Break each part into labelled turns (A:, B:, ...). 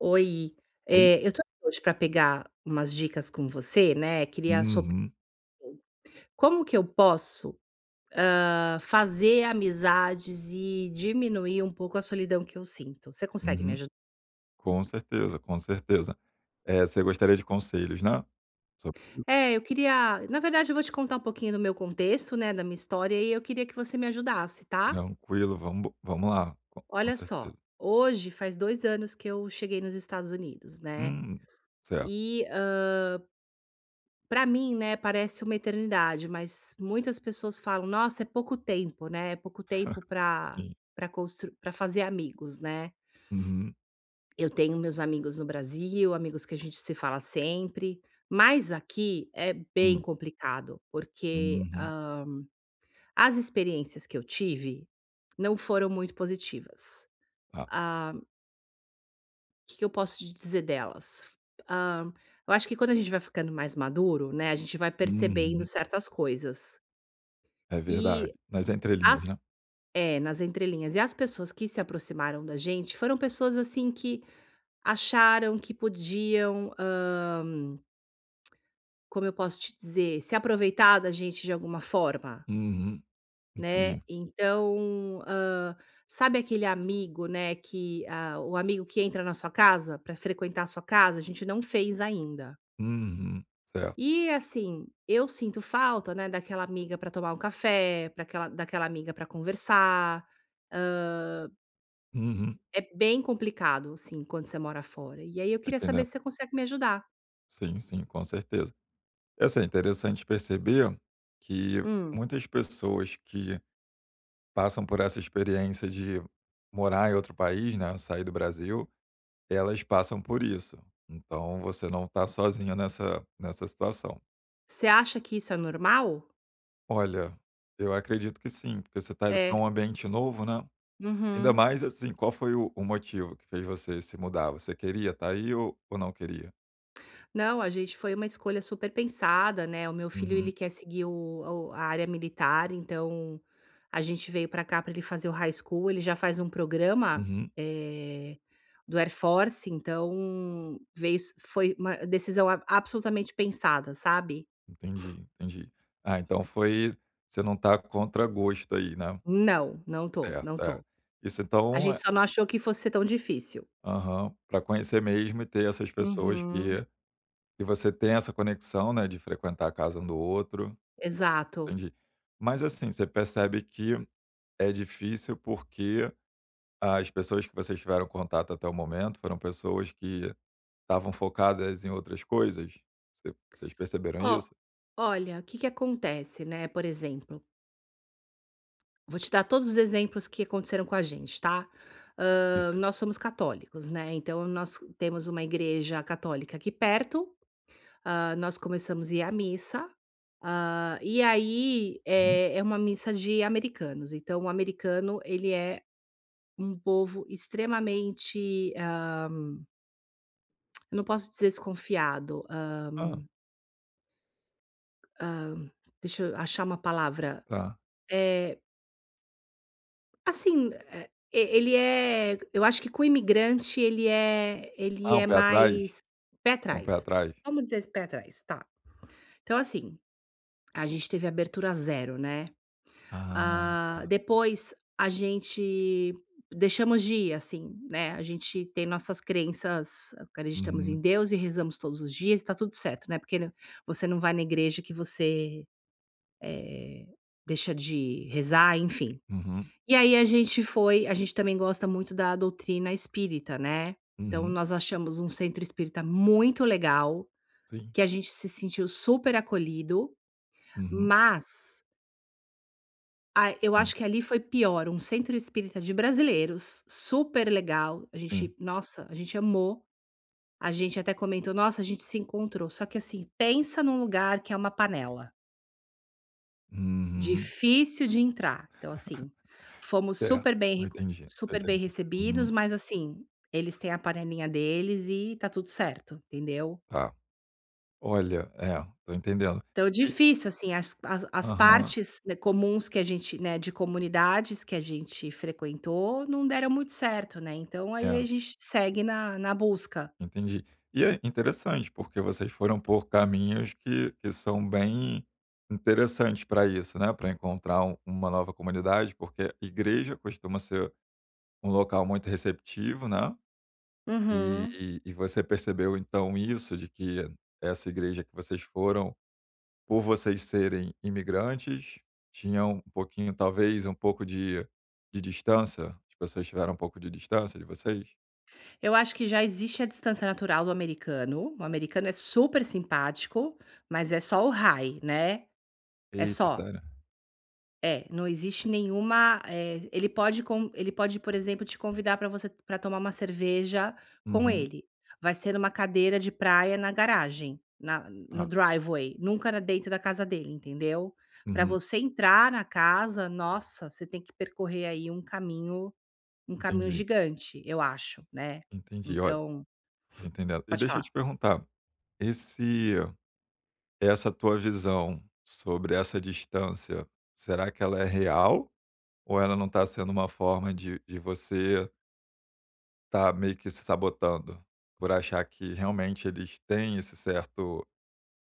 A: Oi,
B: Oi?
A: eu tô aqui hoje para pegar umas dicas com você, né, queria a sua opi
B: Uhum,
A: como que eu posso, fazer amizades e diminuir um pouco a solidão que eu sinto? Você consegue me
B: uhum.
A: ajudar?
B: Com certeza, com certeza. Você gostaria de conselhos, né, sobre isso?
A: É, eu queria, na verdade eu vou te contar um pouquinho do meu contexto, né, da minha história, e eu queria que você me ajudasse, tá?
B: Tranquilo, vamos lá, com
A: Olha só,
B: certeza.
A: hoje faz 2 anos que eu cheguei nos Estados Unidos, né,
B: Hum, certo,
A: e para mim, né, parece uma eternidade, mas muitas pessoas falam: "Nossa, é pouco tempo, né, é pouco tempo para
B: sim.
A: para constru para fazer amigos", né.
B: Uhum,
A: Eu tenho meus amigos no Brasil, amigos que a gente se fala sempre, mas aqui é bem
B: hum,
A: complicado, porque,
B: uhum,
A: as experiências que eu tive não foram muito positivas.
B: tá.
A: Ah, o que que eu posso te dizer delas? Hã, eu acho que quando a gente vai ficando mais maduro, né, a gente vai percebendo
B: Uhum,
A: certas coisas.
B: é verdade.
A: E
B: Nas
A: as
B: entrelinhas, né.
A: É, nas entrelinhas. E as pessoas que se aproximaram da gente foram pessoas assim que acharam que podiam, como eu posso te dizer, se aproveitar da gente de alguma forma,
B: Uhum,
A: né.
B: entendi.
A: Então, sabe aquele amigo, né, que ah, o amigo que entra na sua casa para frequentar a sua casa? A gente não fez ainda.
B: Uhum, certo.
A: E assim, eu sinto falta, né, daquela amiga para tomar um café, para aquela daquela amiga para conversar.
B: Uhum,
A: É bem complicado, assim, quando você mora fora. E aí eu
B: tô
A: queria saber
B: entendendo.
A: se você consegue me ajudar.
B: Sim, sim, com certeza. É assim, é interessante perceber que
A: Hum.
B: muitas pessoas que passam por essa experiência de morar em outro país, né, sair do Brasil, elas passam por isso. Então você não está sozinho nessa situação.
A: Você acha que isso é normal?
B: Olha, eu acredito que sim, porque você está indo para
A: É.
B: um ambiente novo, né. Ainda
A: Uhum.
B: mais, assim, qual foi o motivo que fez você se mudar? Você queria tá aí ou não queria?
A: Não, a gente foi uma escolha super pensada, né, o meu filho ele
B: Uhum,
A: quer seguir o a área militar, então a gente veio pra cá pra ele fazer o high school, ele já faz um programa,
B: uhum.
A: eh, do Air Force, então veio s foi uma decisão a absolutamente pensada, sabe.
B: Entendi, entendi. Ah, então foi, você não tá contra gosto aí, né.
A: Não, não tô, não
B: Certo, é.
A: tô.
B: Isso
A: A
B: então
A: gente
B: é.
A: só não achou que fosse ser tão difícil.
B: Aham. Pra conhecer mesmo e ter essas pessoas
A: Uhum,
B: que você tem essa conexão, né, de frequentar a casa um do outro.
A: exato.
B: Entendi. Mas, assim, você percebe que é difícil porque as pessoas que vocês tiveram contato até o momento foram pessoas que estavam focadas em outras coisas? Vocês perceberam
A: Ó,
B: isso?
A: olha, o que que acontece, né, por exemplo, vou te dar todos os exemplos que aconteceram com a gente, tá.
B: Perfeito.
A: Nós somos católicos, né, então nós temos uma igreja católica aqui perto, nós começamos a ir à missa, ah, e aí,
B: Uhum.
A: é uma missa de americanos, então o americano ele é um povo extremamente, eu não posso dizer desconfiado,
B: Ah,
A: deixa eu achar uma palavra.
B: tá.
A: Eh, assim, eh, ele é eu acho que com imigrante ele
B: Ah, um
A: é
B: pé atrás?
A: mais pé
B: É um pé
A: atrás.
B: atrás?
A: Vamos dizer pé atrás, tá. Então assim, a gente teve abertura zero, né.
B: Ah,
A: Ah, depois a gente deixamos de ir, assim, né, a gente tem nossas crenças, acreditamos em
B: uhum,
A: Deus e rezamos todos os dias e tá tudo certo, né, porque você não vai na igreja que você, eh, deixa de rezar, enfim.
B: uhum,
A: E aí a gente também gosta muito da doutrina espírita, né, então
B: uhum.
A: nós achamos um centro espírita muito legal,
B: Sim.
A: que a gente se sentiu super acolhido,
B: Uhum,
A: mas a eu
B: hum,
A: acho que ali foi pior, um centro espírita de brasileiros, super legal, a
B: sim.
A: gente, nossa, a gente amou, a gente até comentou: "Nossa, a gente se encontrou", só que assim, pensa num lugar que é uma panela.
B: Uhum.
A: Difícil de entrar, então assim, fomos
B: Certo.
A: super bem
B: Eu
A: recu
B: entendi, tô
A: super bem
B: entendendo.
A: recebidos,
B: Uhum,
A: mas assim, eles têm a panelinha deles e tá tudo certo, entendeu.
B: tá. Olha, é, tô entendendo.
A: Então
B: E
A: difícil, assim, as
B: Aham,
A: partes, né, comuns que a gente, né, de comunidades que a gente frequentou não deram muito certo, né, então aí a
B: é,
A: gente segue na busca.
B: entendi. E é interessante, porque vocês foram por caminhos que são bem interessantes para isso, né, para encontrar uma nova comunidade, porque igreja costuma ser um local muito receptivo, né,
A: Uhum.
B: e você percebeu então isso, de que essa igreja que vocês foram, por vocês serem imigrantes, tinham um pouquinho, talvez um pouco de distância? As pessoas tiveram um pouco de distância de vocês?
A: Eu acho que já existe a distância natural do americano, o americano é super simpático, mas é só o high, né, é
B: Eita,
A: só.
B: sério?
A: É, não existe nenhuma, eh, ele pode, por exemplo, te convidar para tomar uma cerveja com
B: Uhum.
A: ele. Vai ser numa cadeira de praia na garagem, na no
B: Ah,
A: driveway, nunca na dentro da casa dele, entendeu. Para
B: uhum.
A: você entrar na casa, nossa, você tem que percorrer aí um caminho
B: Entendi,
A: gigante, eu acho, né.
B: entendi. Olha,
A: Então
B: tô entendendo. E
A: pode
B: deixa eu
A: falar.
B: te perguntar, esse essa tua visão sobre essa distância, será que ela é real, ou ela não está sendo uma forma de você tá meio que se sabotando, por achar que realmente eles têm esse certo.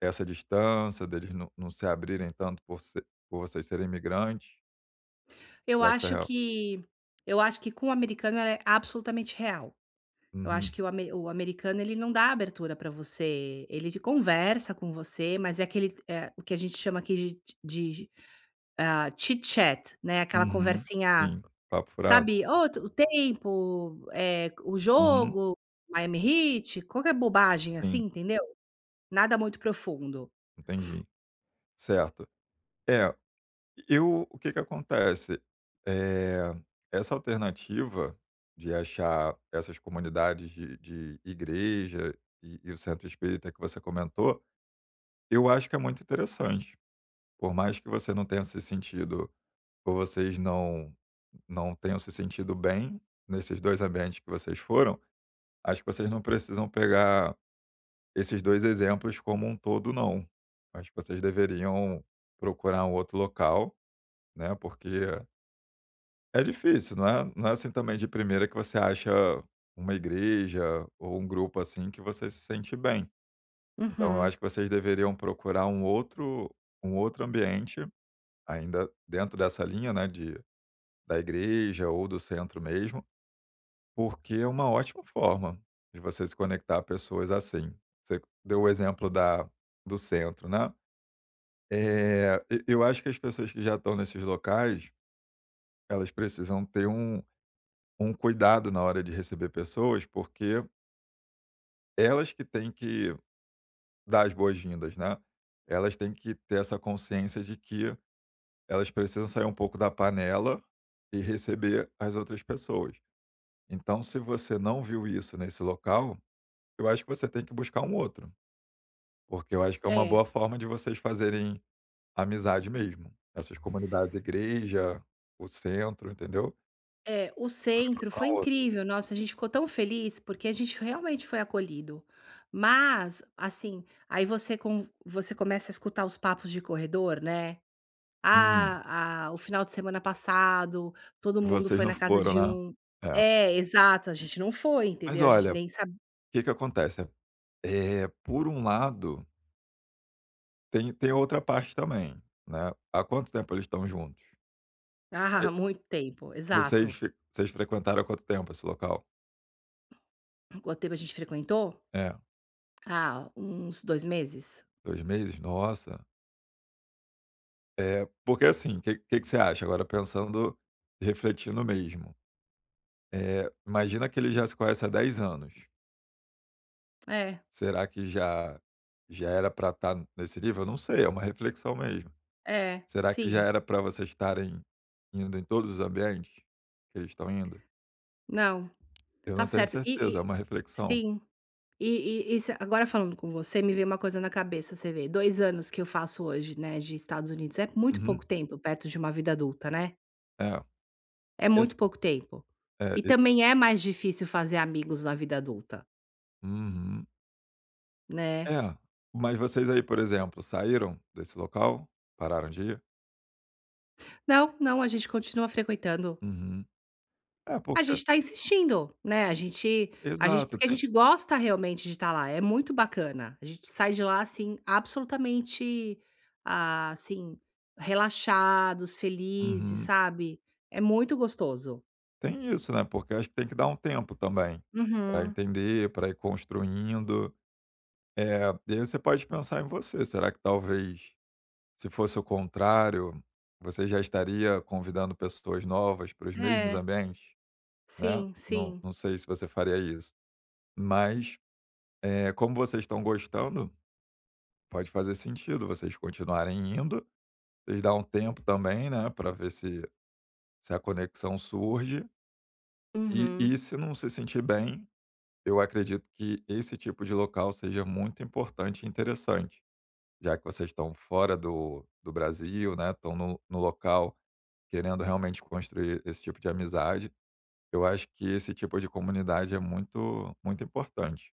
B: Essa distância deles, não se abrirem tanto por se por vocês serem imigrantes?
A: Eu
B: Será que isso é
A: acho
B: real?
A: que eu acho que com o americano ela é absolutamente real. Eu acho
B: Uhum,
A: que o americano ele não dá abertura para você, ele te conversa com você, mas é aquele, eh, o que a gente chama aqui de, chit chat, né, aquela
B: uhum,
A: conversinha,
B: sim. Papo furado?
A: sabe, "Oh, o tempo, eh, o
B: Uhum,
A: jogo, Miami Heat", qualquer bobagem assim,
B: sim,
A: entendeu? Nada muito profundo.
B: entendi. Certo. É, eu o que que acontece, eh, essa alternativa de achar essas comunidades de igreja e o centro espírita que você comentou, eu acho que é muito interessante. Por mais que você não tenha se sentido, ou vocês não tenham se sentido bem nesses 2 ambientes que vocês foram, acho que vocês não precisam pegar esses 2 exemplos como um todo não. Acho que vocês deveriam procurar um outro local, né, porque é difícil, não é assim também de primeira que você acha uma igreja ou um grupo assim que você se sente bem. Então eu
A: Uhum,
B: acho que vocês deveriam procurar um outro ambiente, ainda dentro dessa linha, né, de da igreja ou do centro mesmo. Porque é uma ótima forma de você se conectar a pessoas assim. Você deu o exemplo da do centro, né. E eu acho que as pessoas que já estão nesses locais, elas precisam ter um cuidado na hora de receber pessoas, porque elas que têm que dar as boas-vindas, né. Elas têm que ter essa consciência de que elas precisam sair um pouco da panela e receber as outras pessoas. Então, se você não viu isso nesse local, eu acho que você tem que buscar um outro. Porque eu acho que é uma
A: é.
B: boa forma de vocês fazerem amizade mesmo. Essas comunidades, igreja, o centro, entendeu?
A: É, o
B: Vocês podem
A: centro
B: procurar
A: foi
B: um outro.
A: incrível. Nossa, a gente ficou tão feliz porque a gente realmente foi acolhido. Mas, assim, você começa a escutar os papos de corredor, né?
B: Hum,
A: Ah, ah, o final de semana passado, todo
B: e
A: mundo
B: vocês
A: foi
B: não
A: na casa
B: foram,
A: de
B: né?
A: um.
B: É.
A: É, exato, a gente não foi,
B: Mas
A: entendeu? A gente
B: olha, o
A: nem sabe.
B: que que acontece? É por um lado, tem outra parte também, né. Há quanto tempo eles estão juntos?
A: Ah,
B: Aí,
A: muito tempo, exato.
B: vocês frequentaram há quanto tempo esse local?
A: Quanto tempo a gente frequentou?
B: É,
A: Ah, uns 2 meses.
B: 2 meses? Nossa. Porque assim, o que que você acha? Agora pensando, refletindo mesmo. Imagina que ele já se conhece há 10 anos.
A: É,
B: Será que já era para estar nesse nível? Não sei, é uma reflexão mesmo.
A: é,
B: Será que já
A: sim.
B: era para vocês estarem indo em todos os ambientes que eles estão indo?
A: Não,
B: Eu
A: tá
B: não tenho
A: certo.
B: certeza, é uma reflexão.
A: Sim. E se agora falando com você, me veio uma coisa na cabeça, você vê, 2 anos que eu faço hoje, né, de Estados Unidos, é muito pouco
B: Uhum.
A: tempo perto de uma vida adulta, né.
B: É,
A: É muito
B: esse
A: pouco tempo. E
B: é, e
A: também é mais difícil fazer amigos na vida adulta,
B: uhum.
A: né.
B: É, mas vocês aí, por exemplo, saíram desse local? Pararam de ir?
A: Não, não, a gente continua frequentando.
B: Uhum. É,
A: A
B: porque
A: gente tá insistindo, né, a gente
B: exato,
A: porque a
B: tem.
A: gente gosta realmente de estar lá, é muito bacana. A gente sai de lá, assim, absolutamente, ah, assim, relaxados, felizes,
B: Uhum.
A: sabe. É muito gostoso.
B: Tem isso, né, porque acho que tem que dar um tempo também, para
A: Uhum.
B: entender, para ir construindo. É, e aí você pode pensar em você, será que talvez, se fosse o contrário, você já estaria convidando pessoas novas para os mesmos
A: É,
B: ambientes, né?
A: sim,
B: Não
A: sim.
B: não sei se você faria isso, mas, como vocês estão gostando, pode fazer sentido vocês continuarem indo, vocês dá um tempo também, né, para ver se a conexão surge, e
A: Uhum.
B: e se não se sentir bem. Eu acredito que esse tipo de local seja muito importante e interessante, já que vocês estão fora do Brasil, né? Estão no local querendo realmente construir esse tipo de amizade. Eu acho que esse tipo de comunidade é muito, muito importante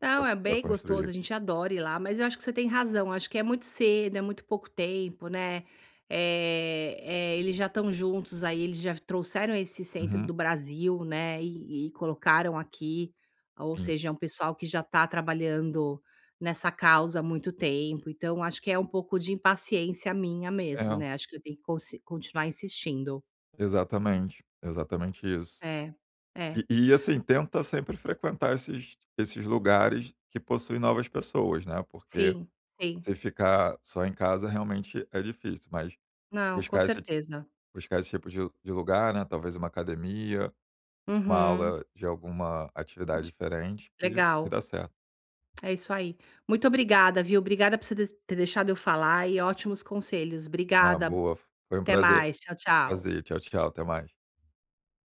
A: Não, é
B: para
A: bem gostoso, a
B: construir.
A: gente adora ir lá, mas eu acho que você tem razão, acho que é muito cedo, é muito pouco tempo, né? É, é, eles já estão juntos aí, eles já trouxeram esse centro
B: Uhum,
A: do Brasil, né? E colocaram aqui, ou
B: sim.
A: seja, é um pessoal que já está trabalhando nessa causa há muito tempo, então acho que é um pouco de impaciência minha mesmo,
B: É,
A: né? Acho que eu tenho que continuar insistindo.
B: exatamente. Exatamente isso.
A: É, é,
B: E, e, assim, tenta sempre frequentar esses lugares que possuem novas pessoas, né? Porque,
A: sim, sim.
B: se ficar só em casa, realmente é difícil, mas
A: Não, com
B: buscar esse
A: certeza.
B: buscar esse tipo de lugar, né, talvez uma academia, uma
A: Uhum.
B: aula de alguma atividade
A: de-
B: diferente que
A: Legal.
B: dá certo.
A: É isso aí. Muito obrigada, viu? Obrigada por você ter deixado eu falar e ótimos conselhos.
B: Ah,
A: Obrigada.
B: boa, foi um
A: Até
B: prazer.
A: mais. Tchau, tchau.
B: Prazer, tchau, tchau, até mais.